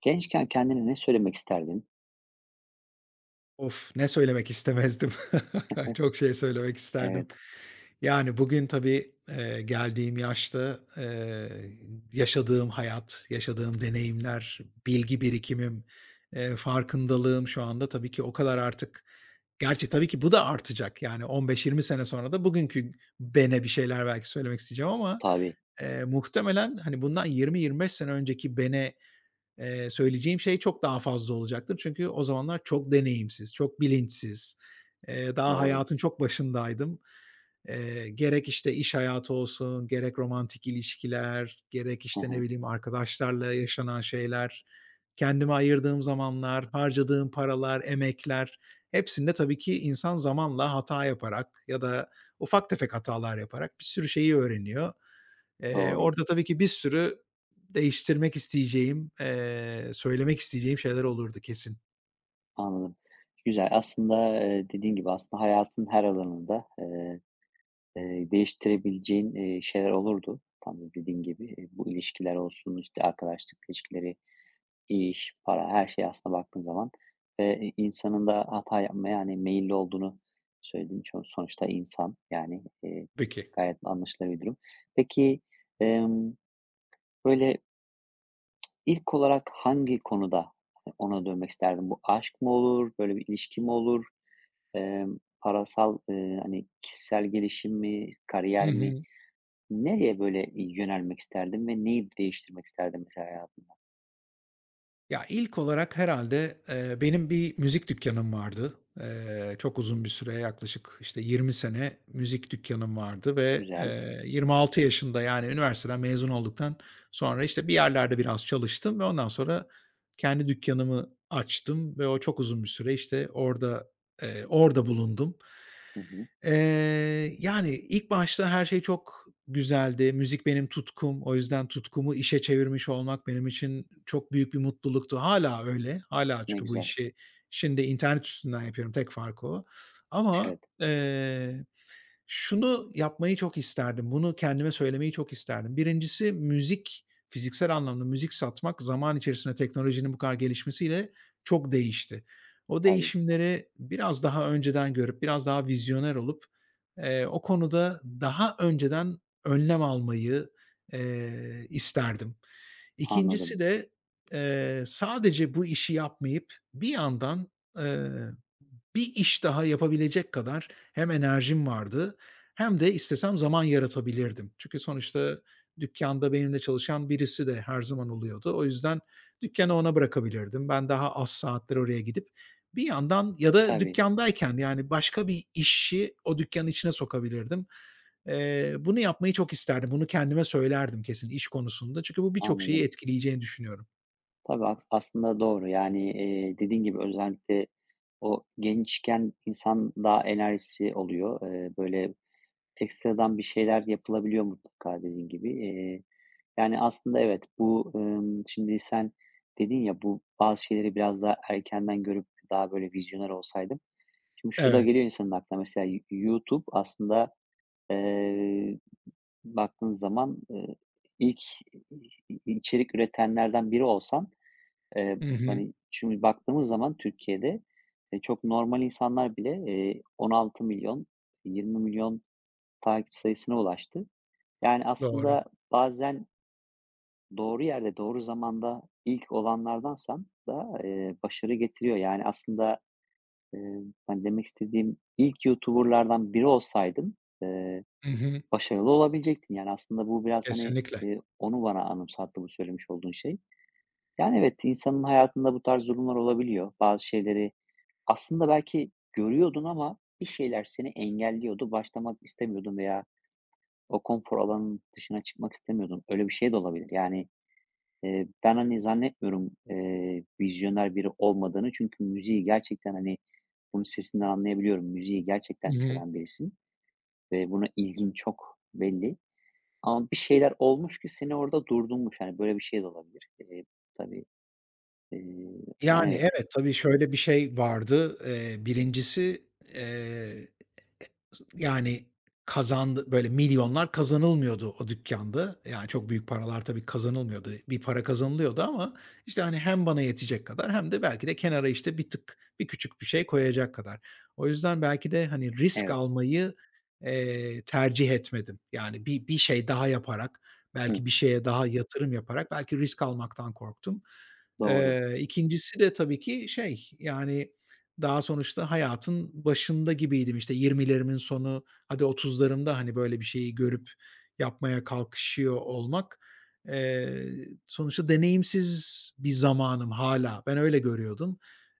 Gençken kendine ne söylemek isterdin? Of, ne söylemek istemezdim. Çok şey söylemek isterdim. Evet, Yani bugün tabii, geldiğim yaşta, yaşadığım hayat, yaşadığım deneyimler, bilgi birikimim, farkındalığım şu anda tabii ki o kadar artık. Gerçi tabii ki bu da artacak. Yani 15-20 sene sonra da bugünkü bene bir şeyler belki söylemek isteyeceğim ama, tabii, muhtemelen, hani, bundan 20-25 sene önceki bene söyleyeceğim şey çok daha fazla olacaktır. Çünkü o zamanlar çok deneyimsiz, çok bilinçsiz, daha doğru. hayatın çok başındaydım. Gerek, işte, iş hayatı olsun, gerek romantik ilişkiler, gerek, Hı işte, ne hı, bileyim, arkadaşlarla yaşanan şeyler, kendime ayırdığım zamanlar, harcadığım paralar, emekler, hepsinde tabii ki insan zamanla hata yaparak ya da ufak tefek hatalar yaparak bir sürü şeyi öğreniyor. Doğru, Orada tabii ki bir sürü değiştirmek isteyeceğim, söylemek isteyeceğim şeyler olurdu kesin. anladım. Güzel. Aslında, dediğin gibi aslında hayatın her alanında, değiştirebileceğin, şeyler olurdu. Tam da dediğin gibi, bu ilişkiler olsun, işte, arkadaşlık ilişkileri, iş, para, her şey aslında baktığın zaman ve insanın da hata yapmaya, yani meyilli olduğunu söyledin. Sonuçta insan, yani, Tabii. gayet anlaşılır bir durum. Peki, emm, böyle İlk olarak hangi konuda hani, ona dönmek isterdim? Bu aşk mı olur, böyle bir ilişki mi olur, parasal, hani, kişisel gelişim mi, Hı kariyer mi? hı. Nereye böyle yönelmek isterdim ve neyi değiştirmek isterdim mesela hayatında? Ya, ilk olarak herhâlde, benim bir müzik dükkânım vardı. Çok uzun bir süre yaklaşık, işte, 20 sene müzik dükkânım vardı ve, Güzel. 26 yaşında, yani, üniversiteden mezun olduktan sonra, işte, bir yerlerde biraz çalıştım ve ondan sonra kendi dükkânımı açtım ve o çok uzun bir süre, işte, orada, orada bulundum. Hı hı. Yani, ilk başta her şey çok güzeldi. Müzik benim tutkum. O yüzden tutkumu işe çevirmiş olmak benim için çok büyük bir mutluluktu. Hâlâ öyle. Hâlâ Ne çünkü bu güzel. işi şimdi internet üstünden yapıyorum. Tek farkı o. Ama, Evet, şunu yapmayı çok isterdim, bunu kendime söylemeyi çok isterdim. Birincisi müzik, fiziksel anlamda müzik satmak zaman içerisinde teknolojinin bu kadar gelişmesiyle çok değişti. O tabii. değişimleri biraz daha önceden görüp, biraz daha vizyoner olup, o konuda daha önceden önlem almayı, eee, isterdim. Anladım. İkincisi de, sadece bu işi yapmayıp bir yandan, eee bir iş daha yapabilecek kadar hem enerjim vardı hem de istesem zaman yaratabilirdim. Çünkü sonuçta dükkanda benimle çalışan birisi de her zaman oluyordu. O yüzden dükkânı ona bırakabilirdim. Ben daha az saatler oraya gidip bir yandan ya da Tabii, dükkandayken yani, başka bir işi o dükkânın içine sokabilirdim. Bunu yapmayı çok isterdim. Bunu kendime söylerdim kesin iş konusunda. Çünkü bu birçok şeyi anladım. etkileyeceğini düşünüyorum. Tabii, aslında doğru. Yani, dediğin gibi özellikle o gençken insan daha enerjisi oluyor. Böyle ekstradan bir şeyler yapılabiliyor mutlaka dediğin gibi. Yani, aslında evet, bu, şimdi sen dedin ya, bu bazı şeyleri biraz daha erkenden görüp daha böyle vizyoner olsaydım. Şimdi şu da Evet. geliyor insanın aklına mesela YouTube aslında, eee, baktığın zaman, ilk içerik üretenlerden biri olsan, eee, Hı hı. hani, şimdi baktığımız zaman Türkiye'de, çok normal insanlar bile, on altı milyon 16.000.000, milyon takip sayısına ulaştı. Yani, Doğru. aslında bazen doğru yerde, doğru zamanda ilk olanlardansan da, başarı getiriyor. Yani, aslında, eee, hani, demek istediğim ilk youtuber'lardan biri olsaydın, Hı hı. başarılı olabilecektin. Yani, aslında bu biraz, hani, Kesinlikle. Onu bana anımsattı bu söylemiş olduğun şey. Yani, evet, insanın hayatında bu tarz durumlar olabiliyor. Bazı şeyleri aslında belki görüyordun ama bir şeyler seni engelliyordu. Başlamak istemiyordun veya o konfor alanının dışına çıkmak istemiyordun. Öyle bir şey de olabilir. Yani, ben, hani, zannetmiyorum, vizyoner biri olmadığını çünkü müziği gerçekten, hani, bunun sesinden anlayabiliyorum. Müziği Hı gerçekten hı. seven birisin ve buna ilgin çok belli ama bir şeyler olmuş ki seni orada durdurmuş. Yani böyle bir şey de olabilir. Tabii, eee, yani, Yani, evet. evet, tabii şöyle bir şey vardı. 1'incisi, eee yani böyle milyonlar kazanılmıyordu o dükkânda. Yani çok büyük paralar tabii kazanılmıyordu. Bir para kazanılıyordu ama, işte, hani, hem bana yetecek kadar hem de belki de kenara, işte, bir tık, bir küçük bir şey koyacak kadar. O yüzden belki de, hani, risk Evet. almayı, tercih etmedim. Yani bir şey daha yaparak, Hı, belki bir şeye daha yatırım yaparak belki risk almaktan korktum. doğru. 2'ncisi de tabii ki şey, yani daha sonuçta hayatın başında gibiydim, işte, 20'lerimin sonu, hadi 30'larımda, hani, böyle bir şeyi görüp yapmaya kalkışıyor olmak, eee, sonuçta deneyimsiz bir zamanım. Hala ben öyle görüyordum.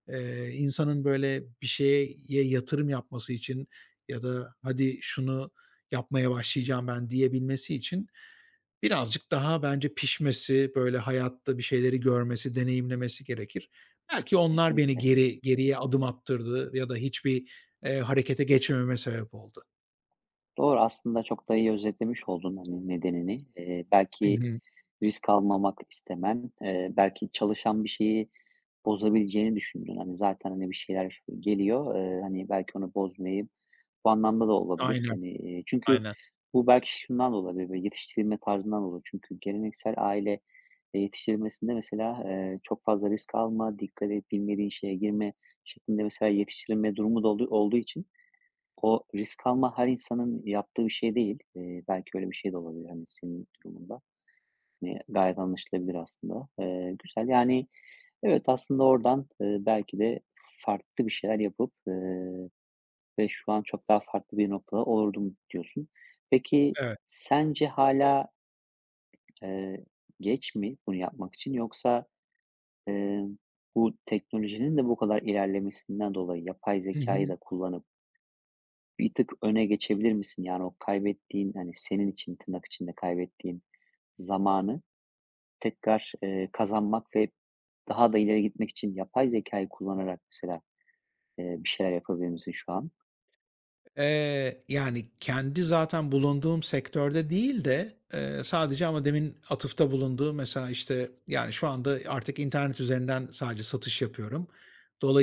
İnsanın böyle bir şeye yatırım yapması için ya da hadi şunu yapmaya başlayacağım ben diyebilmesi için, birazcık daha bence pişmesi, böyle hayatta bir şeyleri görmesi, deneyimlemesi gerekir. Belki onlar beni Kesinlikle. Geriye adım attırdı ya da hiçbir harekete geçmememe sebep oldu. Doğru, aslında çok da iyi özetlemiş oldun, hani, nedenini. Eee, Hı belki hı. risk almamak istemem belki çalışan bir şeyi bozabileceğini düşündün. Hani, zaten, hani, bir şeyler geliyor, hani, belki onu bozmayı bu anlamda da olabilir. Aynen, Hani, çünkü aynen. bu belki şundan da olabilir, böyle yetiştirilme tarzından olur. Çünkü geleneksel aile, yetiştirilmesinde mesela, çok fazla risk alma, dikkat et, bilmediğin şeye girme şeklinde mesela yetiştirilme durumu da olduğu için o risk alma her insanın yaptığı bir şey değil. Belki öyle bir şey de olabilir, hani, senin durumunda. Hani, gayet anlaşılabilir aslında. Güzel. Yani, evet, aslında oradan, belki de farklı bir şeyler yapıp, ve şu an çok daha farklı bir noktada olurdum diyorsun. Peki Evet. sence hala eee, geç mi bunu yapmak için yoksa, eee, bu teknolojinin de bu kadar ilerlemesinden dolayı yapay Hı zekayı hı. da kullanıp bir tık öne geçebilir misin? Yani o kaybettiğin, hani, senin için tırnak içinde kaybettiğin zamanı tekrar, kazanmak ve daha da ileri gitmek için yapay zekayı kullanarak mesela, bir şeyler yapabilir misin şu an? Yani, kendi zaten bulunduğum sektörde değil de, sadece ama demin atıfta bulunduğum mesela, işte, yani, şu anda artık internet üzerinden sadece satış yapıyorum.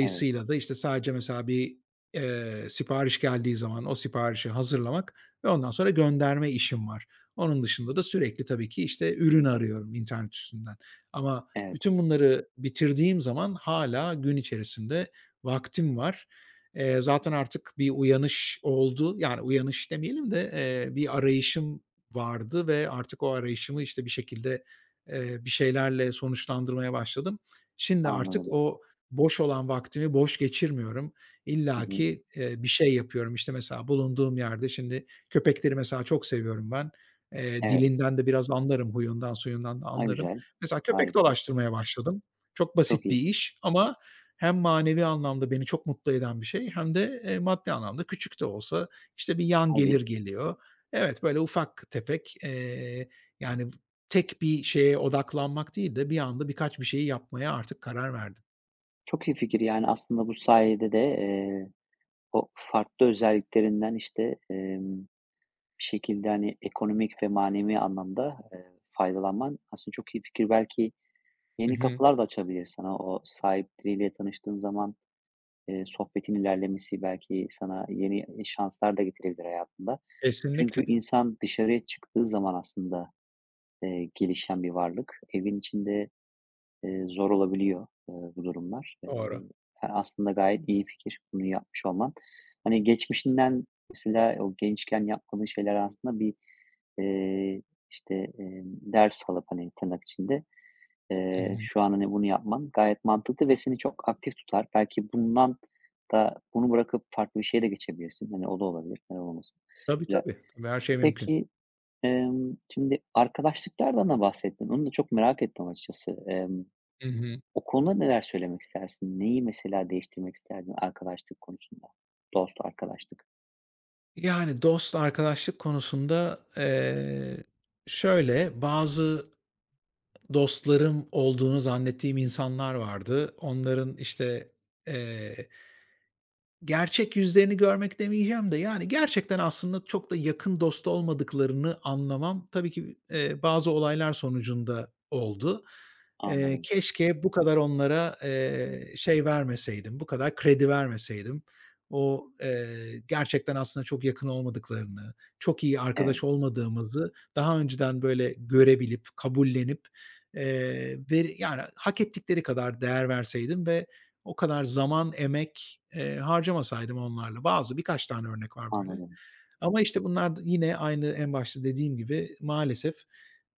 Evet, da, işte, sadece mesela bir, sipariş geldiği zaman o siparişi hazırlamak ve ondan sonra gönderme işim var. Onun dışında da sürekli tabii ki, işte, ürün arıyorum internet üstünden ama evet. bütün bunları bitirdiğim zaman hala gün içerisinde vaktim var. Zaten artık bir uyanış oldu. Yani uyanış demeyelim de, bir arayışım vardı ve artık o arayışımı, işte, bir şekilde, bir şeylerle sonuçlandırmaya başladım. Şimdi artık Anladım. o boş olan vaktimi boş geçirmiyorum. Hı hı. İllaki, bir şey yapıyorum. İşte, mesela bulunduğum yerde şimdi köpekleri mesela çok seviyorum ben. Evet. Dilinden de biraz anlarım, huyundan suyundan da A, anlarım. güzel. Mesela köpek Harika. dolaştırmaya başladım. Çok Çok basit iyi. bir iş ama hem manevi anlamda beni çok mutlu eden bir şey hem de, maddi anlamda küçük de olsa, işte, bir yan Tabii. gelir geliyor. Evet, böyle ufak tefek, yani, tek bir şeye odaklanmak değil de bir anda birkaç bir şeyi yapmaya artık karar verdim. Çok iyi fikir. Yani, aslında bu sayede de, o farklı özelliklerinden, işte, bir şekilde, hani, ekonomik ve manevi anlamda, faydalanman aslında çok iyi fikir. Belki Hı yeni hı. kapılar da açabilir sana. O sahipleriyle tanıştığın zaman, sohbetin ilerlemesi belki sana yeni, şanslar da getirebilir hayatında. Çünkü Kesinlikle, insan dışarıya çıktığı zaman aslında, gelişen bir varlık. Evin içinde zor olabiliyor, bu durumlar. Eee, doğru. he aslında gayet iyi fikir bunu yapmış olman. Hani, geçmişinden mesela o gençken yapmadığın şeyler aslında bir, eee, işte, ders alıp, hani, tırnak içinde, Hı hı. şu an, hani, bunu yapman gayet mantıklı ve seni çok aktif tutar. Belki bundan da bunu bırakıp farklı bir şeye de geçebilirsin. Hani, o da olabilir. Neden olmasın? Tabii, Güzel. tabii. Tabii, her şey mümkün. Peki, şimdi arkadaşlıklardan da bahsettin. Onu da çok merak ettim açıkçası. Emm Hı hı. o konuda neler söylemek istersin? Neyi mesela değiştirmek isterdin arkadaşlık konusunda? Dost arkadaşlık. Yani, dost, arkadaşlık konusunda, şöyle bazı dostlarım olduğunu zannettiğim insanlar vardı. Onların, işte, eee, gerçek yüzlerini görmek demeyeceğim de, yani, gerçekten aslında çok da yakın dost olmadıklarını anlamam tabii ki, bazı olaylar sonucunda oldu. Anladım. Keşke bu kadar onlara, şey vermeseydim, bu kadar kredi vermeseydim. O, gerçekten aslında çok yakın olmadıklarını, çok iyi Evet, arkadaş olmadığımızı daha önceden böyle görebilip, kabullenip, veri yani, hak ettikleri kadar değer verseydim ve o kadar zaman, emek harcamasaydım onlarla. Bazı birkaç tane örnek var böyle. anladım. Ama, işte, bunlar da yine aynı en başta dediğim gibi maalesef,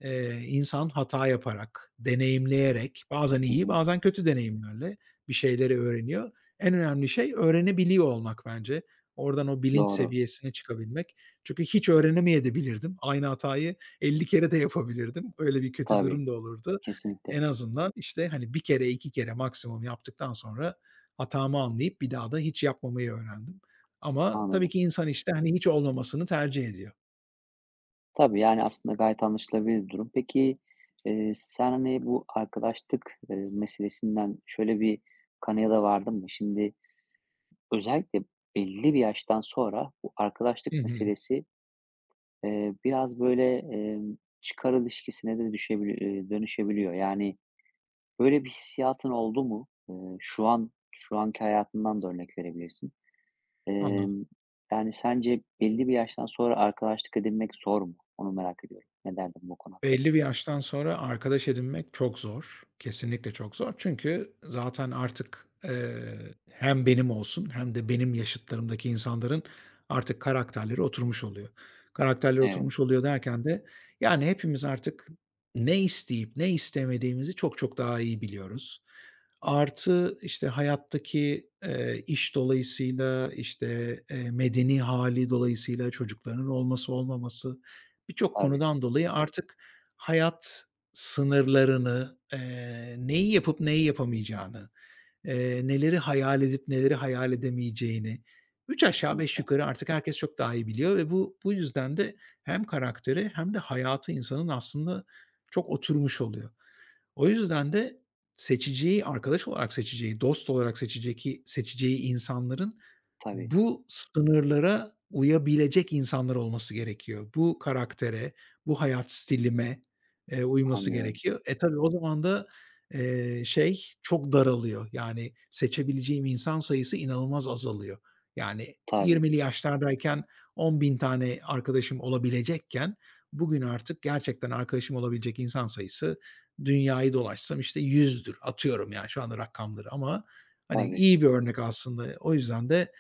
İnsan hata yaparak, deneyimleyerek, bazen Hı iyi, hı. bazen kötü deneyimlerle bir şeyleri öğreniyor. En önemli şey öğrenebiliyor olmak bence. Oradan o bilinç Doğru. seviyesine çıkabilmek. Çünkü hiç öğrenemeyebilirdim. Aynı hatayı 50 kere de yapabilirdim. Öyle bir kötü Tabii, durum da olurdu. kesinlikle. En azından, işte, hani, bir kere, 2 kere maksimum yaptıktan sonra hatamı anlayıp bir daha da hiç yapmamayı öğrendim. Ama tabii Anladım. ki insan, işte, hani, hiç olmamasını tercih ediyor. Tabii, yani, aslında gayet anlaşılabilir bir durum. Peki, sen, hani, bu arkadaşlık, meselesinden şöyle bir kanıya da vardın mı? Şimdi özellikle belli bir yaştan sonra bu Hı arkadaşlık hı. meselesi, biraz böyle, çıkar ilişkisine de dönüşebiliyor. Yani, böyle bir hissiyatın oldu mu? Şu anki hayatından da örnek verebilirsin. Anladım. Emm, yani, sence belli bir yaştan sonra arkadaşlık edinmek zor mu? Onu merak ediyorum. Ne derdin bu konu hakkında? Belli bir yaştan sonra arkadaş edinmek çok zor. Kesinlikle çok zor. Çünkü zaten artık, hem benim olsun hem de benim yaşıtlarımdaki insanların artık karakterleri oturmuş oluyor. Karakterleri Evet, oturmuş oluyor derken de, yani, hepimiz artık ne isteyip ne istemediğimizi çok çok daha iyi biliyoruz. Artı, işte, hayattaki, iş dolayısıyla, işte, medeni hali dolayısıyla çocukların olması olmaması birçok tabii, konudan dolayı artık hayat sınırlarını, neyi yapıp neyi yapamayacağını, neleri hayal edip neleri hayal edemeyeceğini 3 aşağı 5 kesinlikle. yukarı artık herkes çok daha iyi biliyor ve bu yüzden de hem karakteri hem de hayatı insanın aslında çok oturmuş oluyor. O yüzden de seçeceği, arkadaş olarak seçeceği, dost olarak seçeceği insanların Tabii, bu sınırlara uyabilecek insanlar olması gerekiyor. Bu karaktere, bu hayat stilime, uyması anlıyorum. gerekiyor. E, tabii o zaman da, şey çok daralıyor. Yani seçebileceğim insan sayısı inanılmaz azalıyor. Yani Tabii, 20'li yaşlardayken 10.000 tane arkadaşım olabilecekken bugün artık gerçekten arkadaşım olabilecek insan sayısı, dünyayı dolaşsam işte yüzdür, atıyorum yani şu anda rakamları, ama hani tabii. iyi bir örnek aslında. O yüzden de,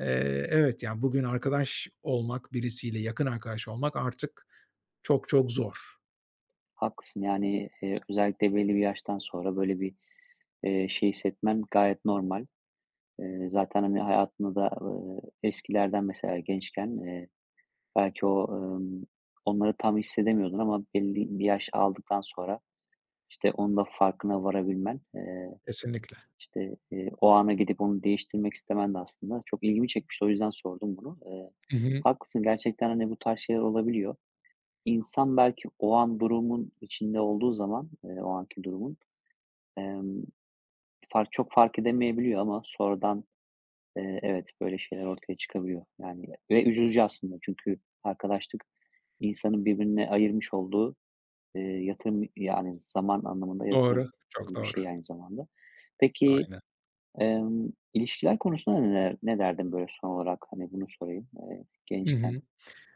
evet, yani bugün arkadaş olmak, birisiyle yakın arkadaş olmak artık çok çok zor. Haklısın, yani, özellikle belli bir yaştan sonra böyle bir, şey hissetmen gayet normal. Zaten, hani, hayatında da, eskilerden mesela gençken, belki o, onları tam hissedemiyordun ama belli bir yaş aldıktan sonra, işte, onun da farkına varabilmen, Kesinlikle. işte, o ana gidip onu değiştirmek istemen de aslında çok ilgimi çekmişti. O yüzden sordum bunu. Eee, Hı hı. haklısın gerçekten, hani, bu tarz şeyler olabiliyor. İnsan belki o an durumun içinde olduğu zaman, o anki durumun, emm, çok fark edemeyebiliyor ama sonradan, evet, böyle şeyler ortaya çıkabiliyor. Yani ve ucuzca aslında çünkü arkadaşlık insanın birbirine ayırmış olduğu, yatırım, yani zaman anlamında Doğru, yatırım çok gibi bir doğru. şey aynı zamanda. Peki, Aynen. İlişkiler konusunda ne derdin böyle son olarak? Hani bunu sorayım, Hı gençken hı.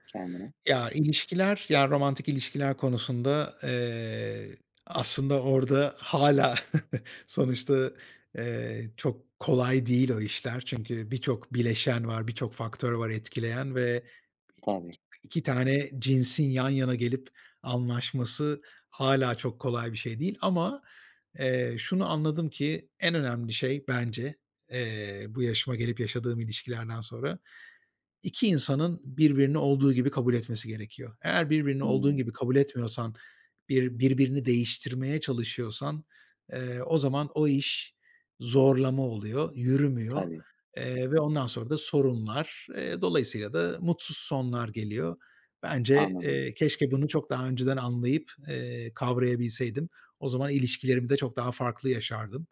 kendine. Ya, ilişkiler, ya, romantik ilişkiler konusunda, aslında orada hala sonuçta, çok kolay değil o işler. Çünkü birçok bileşen var, birçok faktör var etkileyen ve Tabii. 2 tane cinsin yan yana gelip anlaşması hala çok kolay bir şey değil ama, şunu anladım ki en önemli şey bence, bu yaşıma gelip yaşadığım ilişkilerden sonra 2 insanın birbirini olduğu gibi kabul etmesi gerekiyor. Eğer birbirini olduğun Hımm. gibi kabul etmiyorsan, birbirini değiştirmeye çalışıyorsan, o zaman o iş zorlama oluyor, yürümüyor, Tabii. Ve ondan sonra da sorunlar, dolayısıyla da mutsuz sonlar geliyor. Bence, Anladım, keşke bunu çok daha önceden anlayıp, kavrayabilseydim. O zaman ilişkilerimi de çok daha farklı yaşardım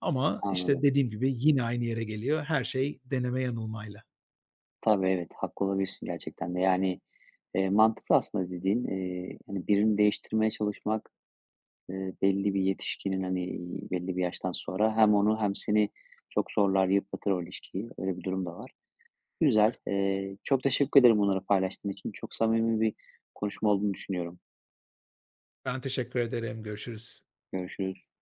ama, işte, anladım. dediğim gibi yine aynı yere geliyor her şey deneme yanılmayla. Tabii, evet, haklı olabilirsin gerçekten de. Yani, mantıklı aslında dediğin. Hani birini değiştirmeye çalışmak belli bir yetişkinin, hani, belli bir yaştan sonra hem onu hem seni çok zorlar, yıpratır o ilişkiyi. Öyle bir durum da var. Güzel. Çok teşekkür ederim bunları paylaştığın için. Çok samimi bir konuşma olduğunu düşünüyorum. Ben teşekkür ederim. Görüşürüz. Görüşürüz.